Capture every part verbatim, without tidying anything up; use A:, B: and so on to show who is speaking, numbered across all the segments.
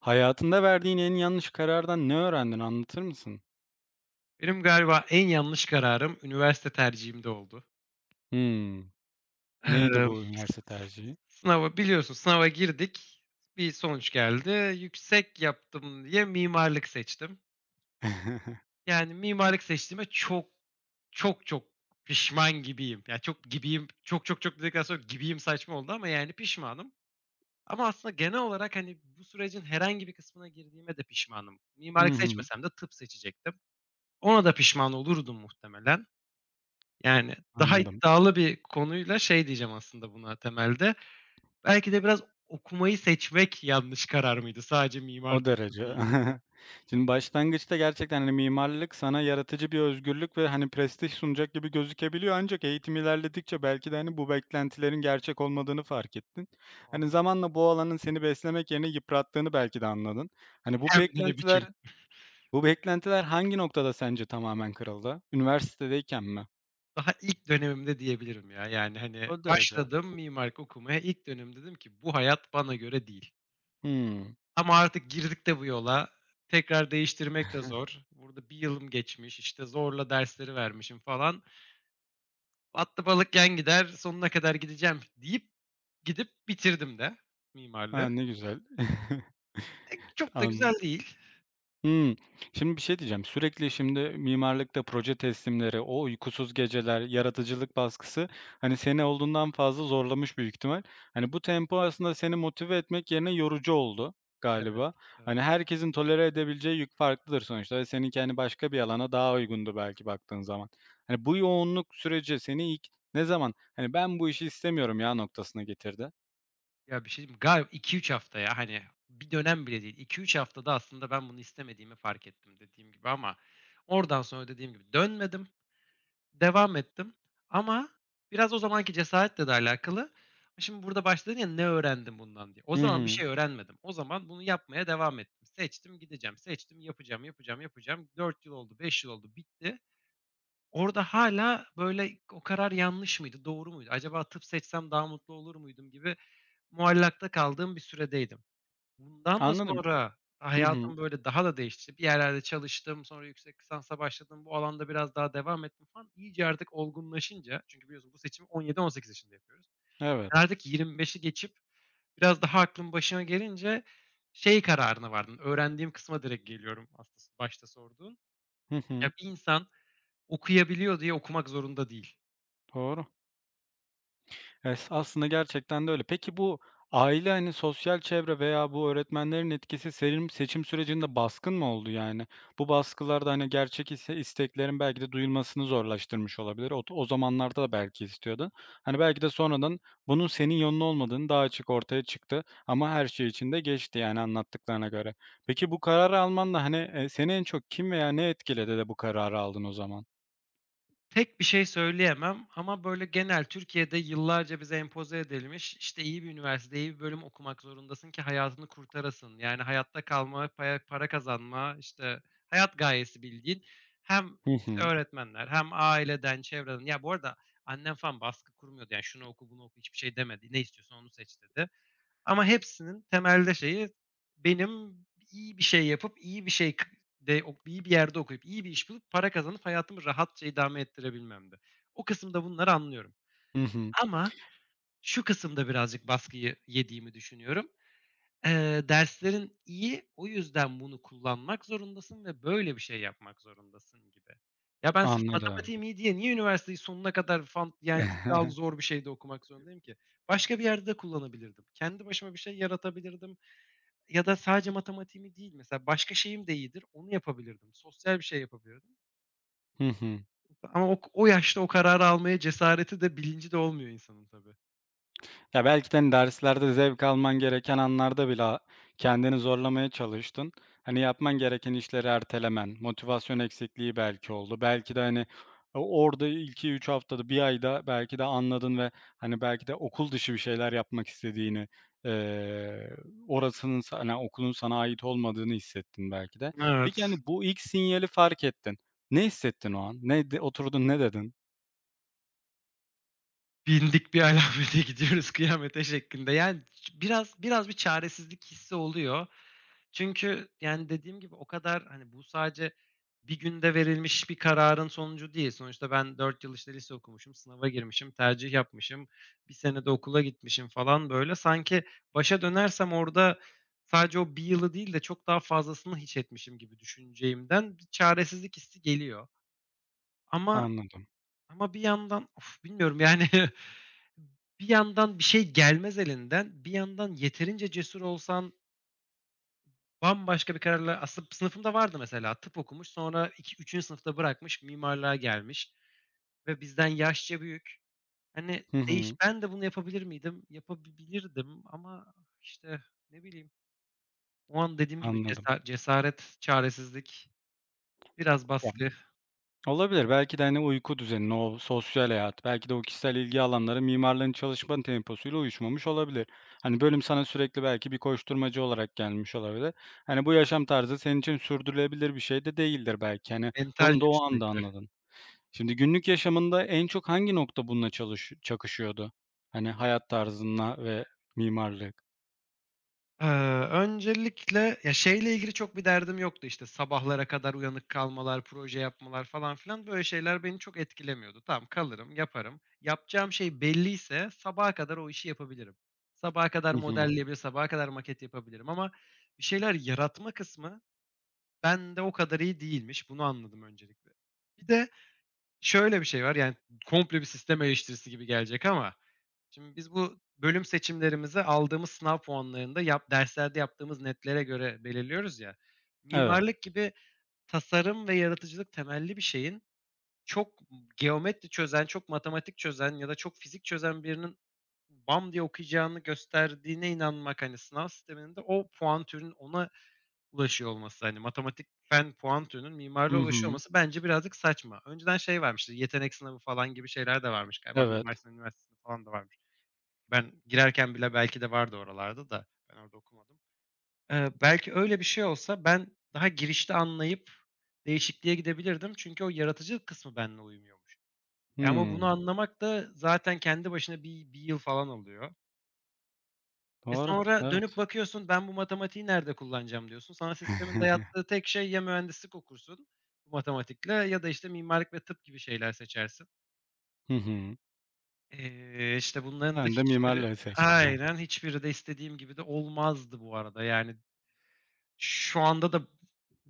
A: Hayatında verdiğin en yanlış karardan ne öğrendin, anlatır mısın?
B: Benim galiba en yanlış kararım üniversite tercihimde oldu.
A: Hımm. Neydi
B: Emm,
A: bu üniversite tercihi?
B: sınava biliyorsun sınava girdik, bir sonuç geldi. Yüksek yaptım diye mimarlık seçtim. Yani mimarlık seçtiğime çok, çok, çok pişman gibiyim. Ya, çok gibiyim, çok, çok, çok dedikten sonra gibiyim saçma oldu ama yani pişmanım. Ama aslında genel olarak, hani, bu sürecin herhangi bir kısmına girdiğime de pişmanım.
A: Hı
B: Mimarlık
A: hı.
B: seçmesem de tıp seçecektim. Ona da pişman olurdum muhtemelen. Yani, daha
A: Anladım.
B: iddialı bir konuyla şey diyeceğim aslında buna temelde, belki de biraz okumayı seçmek yanlış karar mıydı? Sadece
A: O
B: mimarlıkta
A: derece.
B: değil,
A: Şimdi başlangıçta gerçekten, hani, mimarlık sana yaratıcı bir özgürlük ve, hani, prestij sunacak gibi gözükebiliyor ancak eğitim ilerledikçe belki de, hani, bu beklentilerin gerçek olmadığını fark ettin. Hani,
B: fazlasıyla
A: zamanla bu alanın seni beslemek yerine yıprattığını belki de anladın. Hani, bu
B: hem de ne biçim.
A: beklentiler Bu beklentiler hangi noktada sence tamamen kırıldı? Üniversitedeyken mi?
B: Daha ilk dönemimde diyebilirim ya. Yani, hani,
A: O derece.
B: başladım mimarlık okumaya, ilk dönem dedim ki bu hayat bana göre değil.
A: Hımm.
B: Ama artık girdik de bu yola, tekrar değiştirmek de zor. Burada bir yılım geçmiş. İşte zorla dersleri vermişim falan. Battı balık yan gider, sonuna kadar gideceğim deyip, gidip bitirdim de
A: Ha
B: mimarlığı.
A: ne güzel.
B: Eee, çok da
A: An
B: güzel değil.
A: Hımm. Şimdi bir şey diyeceğim. Sürekli şimdi mimarlıkta proje teslimleri, o uykusuz geceler, yaratıcılık baskısı, hani, seni olduğundan fazla zorlamış büyük ihtimal. Hani, bu tempo aslında seni motive etmek yerine yorucu oldu
B: Evet,
A: galiba.
B: evet.
A: Hani, herkesin tolere edebileceği yük farklıdır sonuçta ve seninki, hani, başka bir alana daha uygundu belki baktığın zaman. Hani, bu yoğunluk süreci seni ilk ne zaman, hani, "Ben bu işi istemiyorum ya." noktasına getirdi?
B: Ya, bir şey diyeyim mi? Gal iki üç hafta ya, hani, bir dönem bile değil. İki üç haftada aslında ben bunu istemediğimi fark ettim, dediğim gibi, ama oradan sonra, dediğim gibi, dönmedim, devam ettim ama biraz o zamanki cesaretle de alakalı. Şimdi burada başta ya, "Ne öğrendim bundan?" diye. O
A: Hı
B: zaman bir
A: hı.
B: şey öğrenmedim. O zaman bunu yapmaya devam ettim. Seçtim, gideceğim. Seçtim, yapacağım, yapacağım, yapacağım. Dört yıl oldu, beş yıl oldu, bitti. Orada hâlâ, böyle, o karar yanlış mıydı, doğru muydu? Acaba tıp seçsem daha mutlu olur muydum gibi muallakta kaldığım bir süredeydim. Bundan da
A: Anladım.
B: sonra
A: Hı hı.
B: hayatım, böyle, daha da değişti. Bir yerlerde çalıştım, sonra yüksek lisansa başladım. Bu alanda biraz daha devam ettim falan. İyice artık olgunlaşınca çünkü biliyorsun bu seçimi on yedi on sekiz yaşında yapıyoruz.
A: Evet.
B: Ben artık yirmi beşi geçip biraz daha aklım başına gelince şey kararına vardım. Öğrendiğim kısma direkt geliyorum aslında başta sorduğun.
A: Hı
B: Ya,
A: hı.
B: bir insan okuyabiliyor diye okumak zorunda değil.
A: Doğru. Es aslında gerçekten de öyle. Peki bu aile, hani, sosyal çevre veya bu öğretmenlerin etkisi seçim seçim sürecinde baskın mı oldu yani? Bu baskılarda hani, gerçek ise isteklerin belki de duyulmasını zorlaştırmış olabilir. Ot o zamanlarda da belki istiyordun. Hani, belki de sonradan bunun senin yolun olmadığını daha açık ortaya çıktı ama her şey için de geçti, yani, anlattıklarına göre. Peki bu kararı alman da, hani, eee, seni en çok kim veya ne etkiledi de bu kararı aldın o zaman?
B: Tek bir şey söyleyemem ama, böyle, genel Türkiye'de yıllarca bize empoze edilmiş, işte, iyi bir üniversitede, iyi bir bölüm okumak zorundasın ki hayatını kurtarasın. Yani hayatta kalma, para para kazanma, işte, hayat gayesi bildiğin hem
A: Hı
B: işte
A: hı.
B: öğretmenler hem aileden, çevreden. Ya, bu arada annem falan baskı kurmuyordu. Yani, "Şunu oku, bunu oku." hiçbir şey demedi. "Ne istiyorsan onu seç." dedi. Ama hepsinin temelde şeyi benim iyi bir şey yapıp, iyi bir şey k de ok iyi bir yerde okuyup, iyi bir iş bulup, para kazanıp hayatımı rahatça idame ettirebilmemdi. O kısımda bunları anlıyorum.
A: Hı hı.
B: Ama şu kısımda birazcık baskıyı yediğimi düşünüyorum. Eee, derslerin iyi, o yüzden bunu kullanmak zorundasın ve böyle bir şey yapmak zorundasın gibi. Ya, ben sırf
A: Anladım.
B: matematiğim iyi diye niye üniversiteyi sonuna kadar fan yani iddialı zor bir şeyde okumak zorundayım ki? Başka bir yerde de kullanabilirdim. Kendi başıma bir şey yaratabilirdim. Ya da sadece matematiğimi değil, mesela başka şeyim de iyidir, onu yapabilirdim. Sosyal bir şey yapabilirdim
A: Hı hı.
B: ama o o yaşta o kararı almaya cesareti de bilinci de olmuyor insanın tabii.
A: Ya, belki de, hani, derslerde zevk alman gereken anlarda bile a kendini zorlamaya çalıştın. Hani, yapman gereken işleri ertelemen, motivasyon eksikliği belki oldu. Belki de, hani, o orada iki üç haftada, bir ayda belki de anladın ve, hani, belki de okul dışı bir şeyler yapmak istediğini, eee, orasının sa hani, okulun sana ait olmadığını hissettin belki de. Peki,
B: Evet.
A: hani, bu ilk sinyali fark ettin. Ne hissettin o an? Ne de oturdun, ne dedin?
B: Bindik bir alamete gidiyoruz kıyamete şeklinde. Yani ç biraz biraz bir çaresizlik hissi oluyor. Çünkü, yani, dediğim gibi o kadar, hani, bu sadece bir günde verilmiş bir kararın sonucu değil. Sonuçta ben dört yıl, işte, lise okumuşum, sınava girmişim, tercih yapmışım, bir sene de okula gitmişim falan, böyle. Sanki başa dönersem orada sadece o bir yılı değil de çok daha fazlasını hiç etmişim gibi düşüneceğimden bir çaresizlik hissi geliyor. Ama
A: Anladım.
B: ama bir yandan, of, bilmiyorum yani, bir yandan bir şey gelmez elinden, bir yandan yeterince cesur olsan bambaşka bir kararla aslında sınıfımda vardı mesela, tıp okumuş, sonra iki üçüncü sınıfta bırakmış, mimarlığa gelmiş ve bizden yaşça büyük. Hani,
A: Hı
B: değiş
A: hı,
B: ben de bunu yapabilir miydim? Yapabilirdim ama, işte, ne bileyim, o an dediğim gibi
A: anladım.
B: cesa cesaret, çaresizlik, biraz baskı,
A: Olabilir. Belki de, hani, uyku düzeni, o sosyal hayat, belki de o kişisel ilgi alanları mimarların çalışma temposuyla uyuşmamış olabilir. Hani, bölüm sana sürekli belki bir koşturmacı olarak gelmiş olabilir. Hani, bu yaşam tarzı senin için sürdürülebilir bir şey de değildir belki. Hani,
B: mental
A: onu da
B: yük
A: o anda
B: sürekli.
A: anladın. Şimdi günlük yaşamında en çok hangi nokta bununla çalış çakışıyordu? Hani, hayat tarzınla ve mimarlık.
B: Eee, Öncelikle ya, şeyle ilgili çok bir derdim yoktu, işte, sabahlara kadar uyanık kalmalar, proje yapmalar falan filan, böyle şeyler beni çok etkilemiyordu. Tamam, kalırım, yaparım. Yapacağım şey belliyse sabaha kadar o işi yapabilirim. Sabaha kadar
A: Hı hı.
B: modelleyebilir, sabaha kadar maket yapabilirim ama bir şeyler yaratma kısmı bende o kadar iyi değilmiş. Bunu anladım öncelikle. Bir de şöyle bir şey var, yani komple bir sistem eleştirisi gibi gelecek ama şimdi biz bu bölüm seçimlerimizi aldığımız sınav puanlarında yap derslerde yaptığımız netlere göre belirliyoruz ya.
A: Evet.
B: Mimarlık gibi tasarım ve yaratıcılık temelli bir şeyin çok geometri çözen, çok matematik çözen ya da çok fizik çözen birinin bam diye okuyacağını gösterdiğine inanmak, hani, sınav sisteminde o puan türünün ona ulaşıyor olması, hani, matematik fen puan türünün mimarlığa
A: Hı
B: ulaşıyor
A: hı.
B: olması bence birazcık saçma. Önceden şey varmıştı, yetenek sınavı falan gibi şeyler de varmış galiba. Mimar
A: Evet.
B: Sinan Üniversitesi'nde falan da varmış. Ben girerken bile belki de vardı oralarda da ben orada okumadım. Eee, belki öyle bir şey olsa ben daha girişte anlayıp değişikliğe gidebilirdim çünkü o yaratıcılık kısmı benimle uymuyormuş. E, ama bunu
A: Hımm.
B: anlamak da zaten kendi başına bir bir yıl falan alıyor. E,
A: Doğru.
B: sonra
A: Evet.
B: dönüp bakıyorsun, "Ben bu matematiği nerede kullanacağım?" diyorsun. Sana sistemin dayattığı tek şey ya mühendislik okursun bu matematikle ya da, işte, mimarlık ve tıp gibi şeyler seçersin.
A: Hı hı.
B: Eee, işte, bunların da
A: Sen de
B: hiçbiri.
A: mimarlığı seçtin.
B: Aynen, hiçbiri de istediğim gibi de olmazdı bu arada. Yani, şu anda da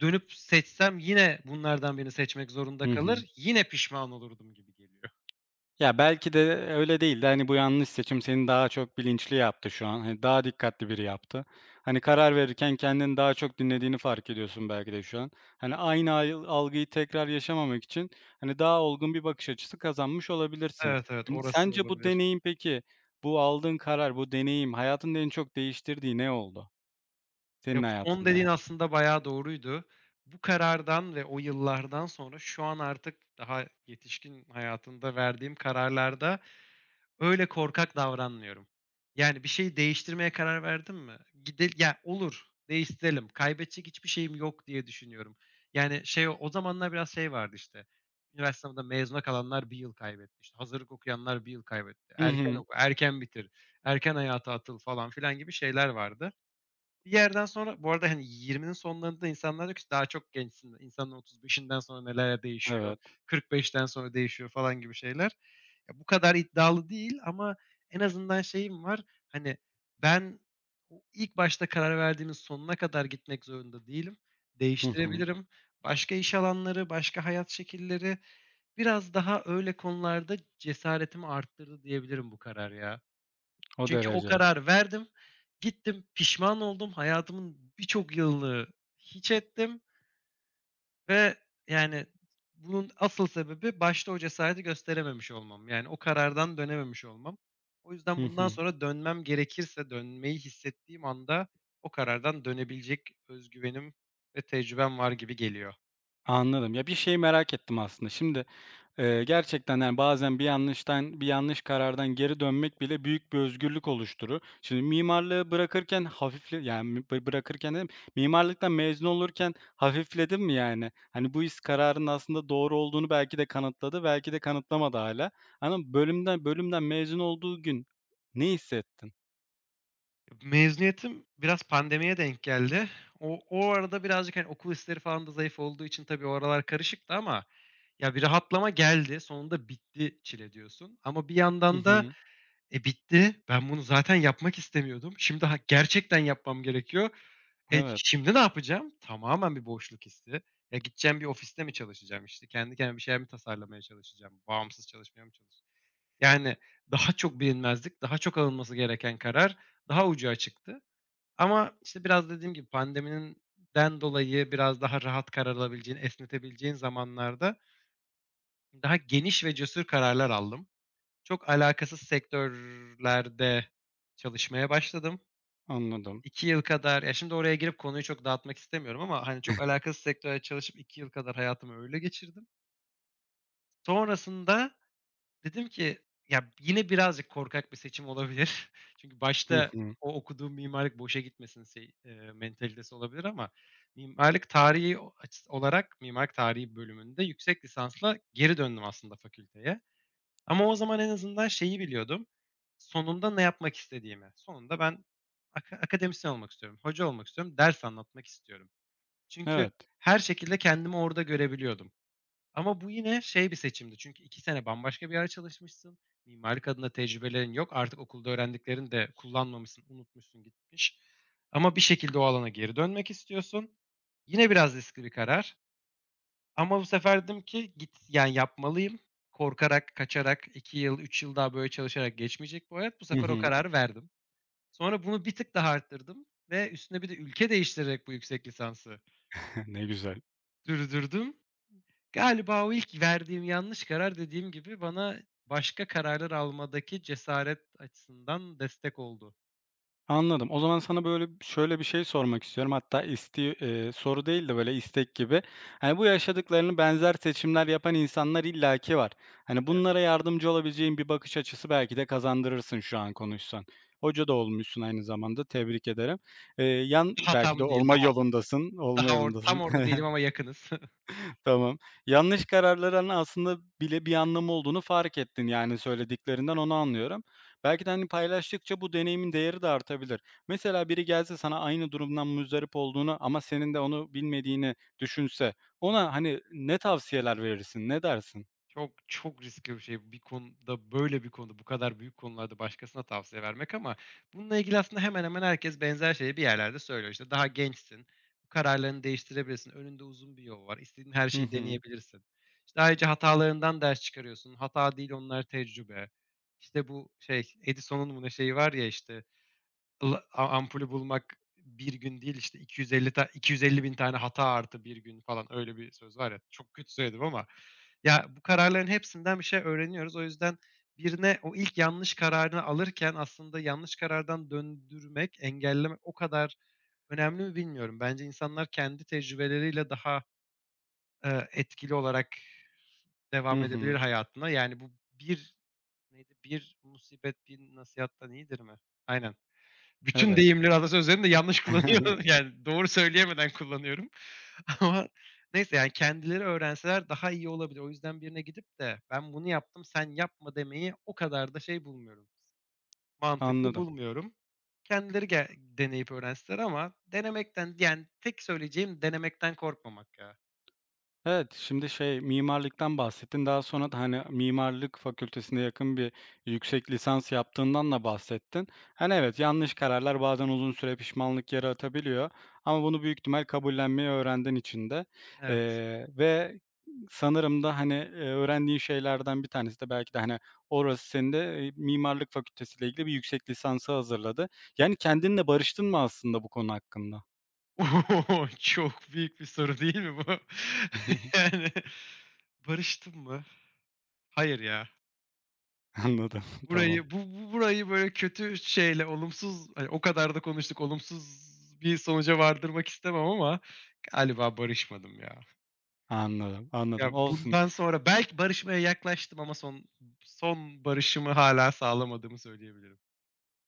B: dönüp seçsem yine bunlardan birini seçmek zorunda
A: Hı hı.
B: kalır, yine pişman olurdum gibi geliyor.
A: Ya, belki de öyle değil de, hani, bu yanlış seçim seni daha çok bilinçli yaptı şu an. Hani, daha dikkatli biri yaptı. Hani, karar verirken kendini daha çok dinlediğini fark ediyorsun belki de şu an. Hani, aynı ayl algıyı tekrar yaşamamak için, hani, daha olgun bir bakış açısı kazanmış olabilirsin.
B: Evet, evet,
A: Hani,
B: orası
A: sence bu
B: olabilir.
A: deneyim peki, bu aldığın karar, bu deneyim hayatında en çok değiştirdiği ne oldu senin
B: Ya, bu son
A: hayatında
B: dediğin
A: yani?
B: aslında bayağı doğruydu. Bu karardan ve o yıllardan sonra şu an artık daha yetişkin hayatında verdiğim kararlarda öyle korkak davranmıyorum. Yani, bir şeyi değiştirmeye karar verdim mi, gide ya, olur, değiştirelim, kaybedecek hiçbir şeyim yok diye düşünüyorum. Yani, şey, o zamanlar biraz şey vardı, işte, üniversite sınavında mezuna kalanlar bir yıl kaybetti, işte, hazırlık okuyanlar bir yıl kaybetti,
A: Hı
B: erken
A: hı.
B: oku, erken bitir, erken hayata atıl falan filan gibi şeyler vardı. Bir yerden sonra bu arada, hani, yirminin sonlarında insanlar diyor ki, "Daha çok gençsin." İnsanın otuz beşinden sonra neler değişiyor,
A: Evet.
B: kırk beşten sonra değişiyor falan gibi şeyler. Ya, bu kadar iddialı değil ama en azından şeyim var, hani, ben o ilk başta karar verdiğimiz sonuna kadar gitmek zorunda değilim.
A: Hı hı.
B: Değiştirebilirim. Başka iş alanları, başka hayat şekilleri biraz daha öyle konularda cesaretimi arttırdı diyebilirim bu karar ya.
A: O
B: Çünkü o
A: derece.
B: kararı verdim. Gittim, pişman oldum. Hayatımın birçok yılını hiç ettim ve, yani, bunun asıl sebebi başta o cesareti gösterememiş olmam. Yani, o karardan dönememiş olmam. O yüzden
A: Hı hı.
B: bundan sonra dönmem gerekirse, dönmeyi hissettiğim anda o karardan dönebilecek özgüvenim ve tecrübem var gibi geliyor.
A: Anladım. Ya, bir şeyi merak ettim aslında. Şimdi, eee, gerçekten, yani, bazen bir yanlıştan bir yanlış karardan geri dönmek bile büyük bir özgürlük oluşturur. Şimdi mimarlığı bırakırken hafifle yani, mi- bı bırakırken dedim, mimarlıktan mezun olurken hafifledin mi yani? Hani, bu his kararının aslında doğru olduğunu belki de kanıtladı, belki de kanıtlamadı hala. Ama bölümden bölümden mezun olduğu gün ne hissettin?
B: Mezuniyetim biraz pandemiye denk geldi. O o arada birazcık, hani, okul işleri falan da zayıf olduğu için tabii o aralar karışıktı ama ya bir rahatlama geldi. Sonunda bitti çile diyorsun ama bir
A: Hı
B: yandan da,
A: hı.
B: e, bitti. Ben bunu zaten yapmak istemiyordum. Şimdi ha gerçekten yapmam gerekiyor. E,
A: Evet,
B: şimdi ne yapacağım? Tamamen bir boşluk hissi. Ya gideceğim bir ofiste mi çalışacağım, işte, kendi kendime bir şeyler mi tasarlamaya çalışacağım, bağımsız çalışmaya mı çalışacağım? Yani daha çok bilinmezlik, daha çok alınması gereken karar daha ucu açıktı. Ama, işte, biraz dediğim gibi pandemiden dolayı biraz daha rahat karar alabileceğin, esnetebileceğin zamanlarda daha geniş ve cesur kararlar aldım. Çok alakasız sektörlerde çalışmaya başladım.
A: anladım.
B: İki yıl kadar ya, şimdi oraya girip konuyu çok dağıtmak istemiyorum ama, hani, çok alakasız sektörde çalışıp iki yıl kadar hayatımı öyle geçirdim. Sonrasında dedim ki, ya, yine birazcık korkak bir seçim olabilir. Çünkü
A: Hı
B: başta
A: hı.
B: o okuduğum mimarlık boşa gitmesin şey, eee, mentalitesi olabilir ama mimarlık tarihi o açıs olarak mimarlık tarihi bölümünde yüksek lisansla geri döndüm aslında fakülteye. Ama o zaman en azından şeyi biliyordum, sonunda ne yapmak istediğimi. Sonunda ben aka akademisyen olmak istiyorum, hoca olmak istiyorum, ders anlatmak istiyorum. Çünkü
A: Evet.
B: her şekilde kendimi orada görebiliyordum. Ama bu yine şey bir seçimdi çünkü iki sene bambaşka bir yerde çalışmışsın. Mimarlık adına tecrübelerin yok. Artık okulda öğrendiklerini de kullanmamışsın, unutmuşsun, gitmiş. Ama bir şekilde o alana geri dönmek istiyorsun. Yine biraz riskli bir karar ama bu sefer dedim ki git yani yapmalıyım. Korkarak, kaçarak iki yıl, üç yıl daha böyle çalışarak geçmeyecek bu hayat. Bu
A: Hı
B: sefer o
A: hı.
B: kararı verdim. Sonra bunu bir tık daha arttırdım ve üstüne bir de ülke değiştirerek bu yüksek lisansı
A: Ne güzel.
B: sürdürdüm. Galiba o ilk verdiğim yanlış karar dediğim gibi bana başka kararlar almadaki cesaret açısından destek oldu.
A: Anladım. O zaman sana böyle şöyle bir şey sormak istiyorum. Hatta isti eee, soru değil de böyle istek gibi. Hani bu yaşadıklarını benzer seçimler yapan insanlar illaki var. Hani
B: Evet.
A: bunlara yardımcı olabileceğin bir bakış açısı belki de kazandırırsın şu an konuşsan. Hoca da olmuşsun aynı zamanda. Tebrik ederim. Eee, yan belki de
B: Hatam değil,
A: olma
B: daha
A: yolundasın. Olma
B: daha or tam
A: yolundasın.
B: orada değilim ama yakınız.
A: Tamam. Yanlış kararların aslında bile bir anlamı olduğunu fark ettin, yani, söylediklerinden onu anlıyorum. Belki de, hani, paylaştıkça bu deneyimin değeri de artabilir. Mesela biri gelse sana aynı durumdan muzdarip olduğunu ama senin de onu bilmediğini düşünse ona, hani, ne tavsiyeler verirsin, ne dersin?
B: Çok, çok riskli bir şey bir konuda, böyle bir konuda, bu kadar büyük konularda başkasına tavsiye vermek ama bununla ilgili aslında hemen hemen herkes benzer şeyi bir yerlerde söylüyor. İşte, "Daha gençsin, kararlarını değiştirebilirsin, önünde uzun bir yol var, istediğin her
A: Hı
B: şeyi
A: hı.
B: deneyebilirsin. İşte, ayrıca hatalarından ders çıkarıyorsun, hata değil onlar tecrübe." İşte, bu şey, Edison'un mu ne şeyi var ya, işte, Iıı, a ampulü bulmak bir gün değil, işte, iki yüz elli ta iki yüz elli bin tane hata artı bir gün falan öyle bir söz var ya. Çok kötü söyledim ama ya, bu kararların hepsinden bir şey öğreniyoruz. O yüzden birine o ilk yanlış kararını alırken aslında yanlış karardan döndürmek, engellemek o kadar önemli mi bilmiyorum. Bence insanlar kendi tecrübeleriyle daha, eee, etkili olarak
A: Hı
B: devam edebilir
A: hı.
B: hayatına. Yani bu bir neydi? Bir musibet bir nasihattan iyidir mi? Aynen bütün
A: Evet.
B: deyimleri, atasözlerini de yanlış kullanıyorum. Yani doğru söyleyemeden kullanıyorum. Ama neyse yani kendileri öğrenseler daha iyi olabilir. O yüzden birine gidip de ben bunu yaptım sen yapma demeyi o kadar da şey bulmuyorum. Mantıklı
A: Anladım.
B: bulmuyorum. Kendileri ge deneyip öğrenseler ama denemekten yani tek söyleyeceğim denemekten korkmamak ya.
A: Evet, şimdi şey, mimarlıktan bahsettin. Daha sonra da, hani, mimarlık fakültesine yakın bir yüksek lisans yaptığından da bahsettin. Hani, evet, yanlış kararlar bazen uzun süre pişmanlık yaratabiliyor ama bunu büyük ihtimal kabullenmeyi öğrendiğin için de,
B: Evet.
A: eee, ve sanırım da, hani, eee, öğrendiğin şeylerden bir tanesi de belki de, hani, orası seni de, eee, mimarlık fakültesiyle ilgili bir yüksek lisansı hazırladı. Yani kendinle barıştın mı aslında bu konu hakkında?
B: Oo, Çok büyük bir soru değil mi bu? Yani barıştım mı? Hayır ya.
A: Anladım, tamam.
B: Burayı bu bu burayı böyle kötü şeyle olumsuz, hani, o kadar da konuştuk, olumsuz bir sonuca vardırmak istemem ama galiba barışmadım ya.
A: Anladım, anladım.
B: Ya,
A: Olsun.
B: bundan sonra belki barışmaya yaklaştım ama son son barışımı hala sağlamadığımı söyleyebilirim.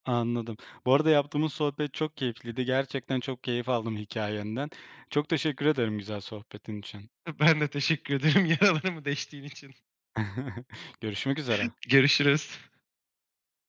A: Anladım. Bu arada yaptığımız sohbet çok keyifliydi. Gerçekten çok keyif aldım hikayenden. Çok teşekkür ederim güzel sohbetin için.
B: Ben de teşekkür ederim yaralarımı deştiğin için.
A: Görüşmek üzere.
B: Görüşürüz.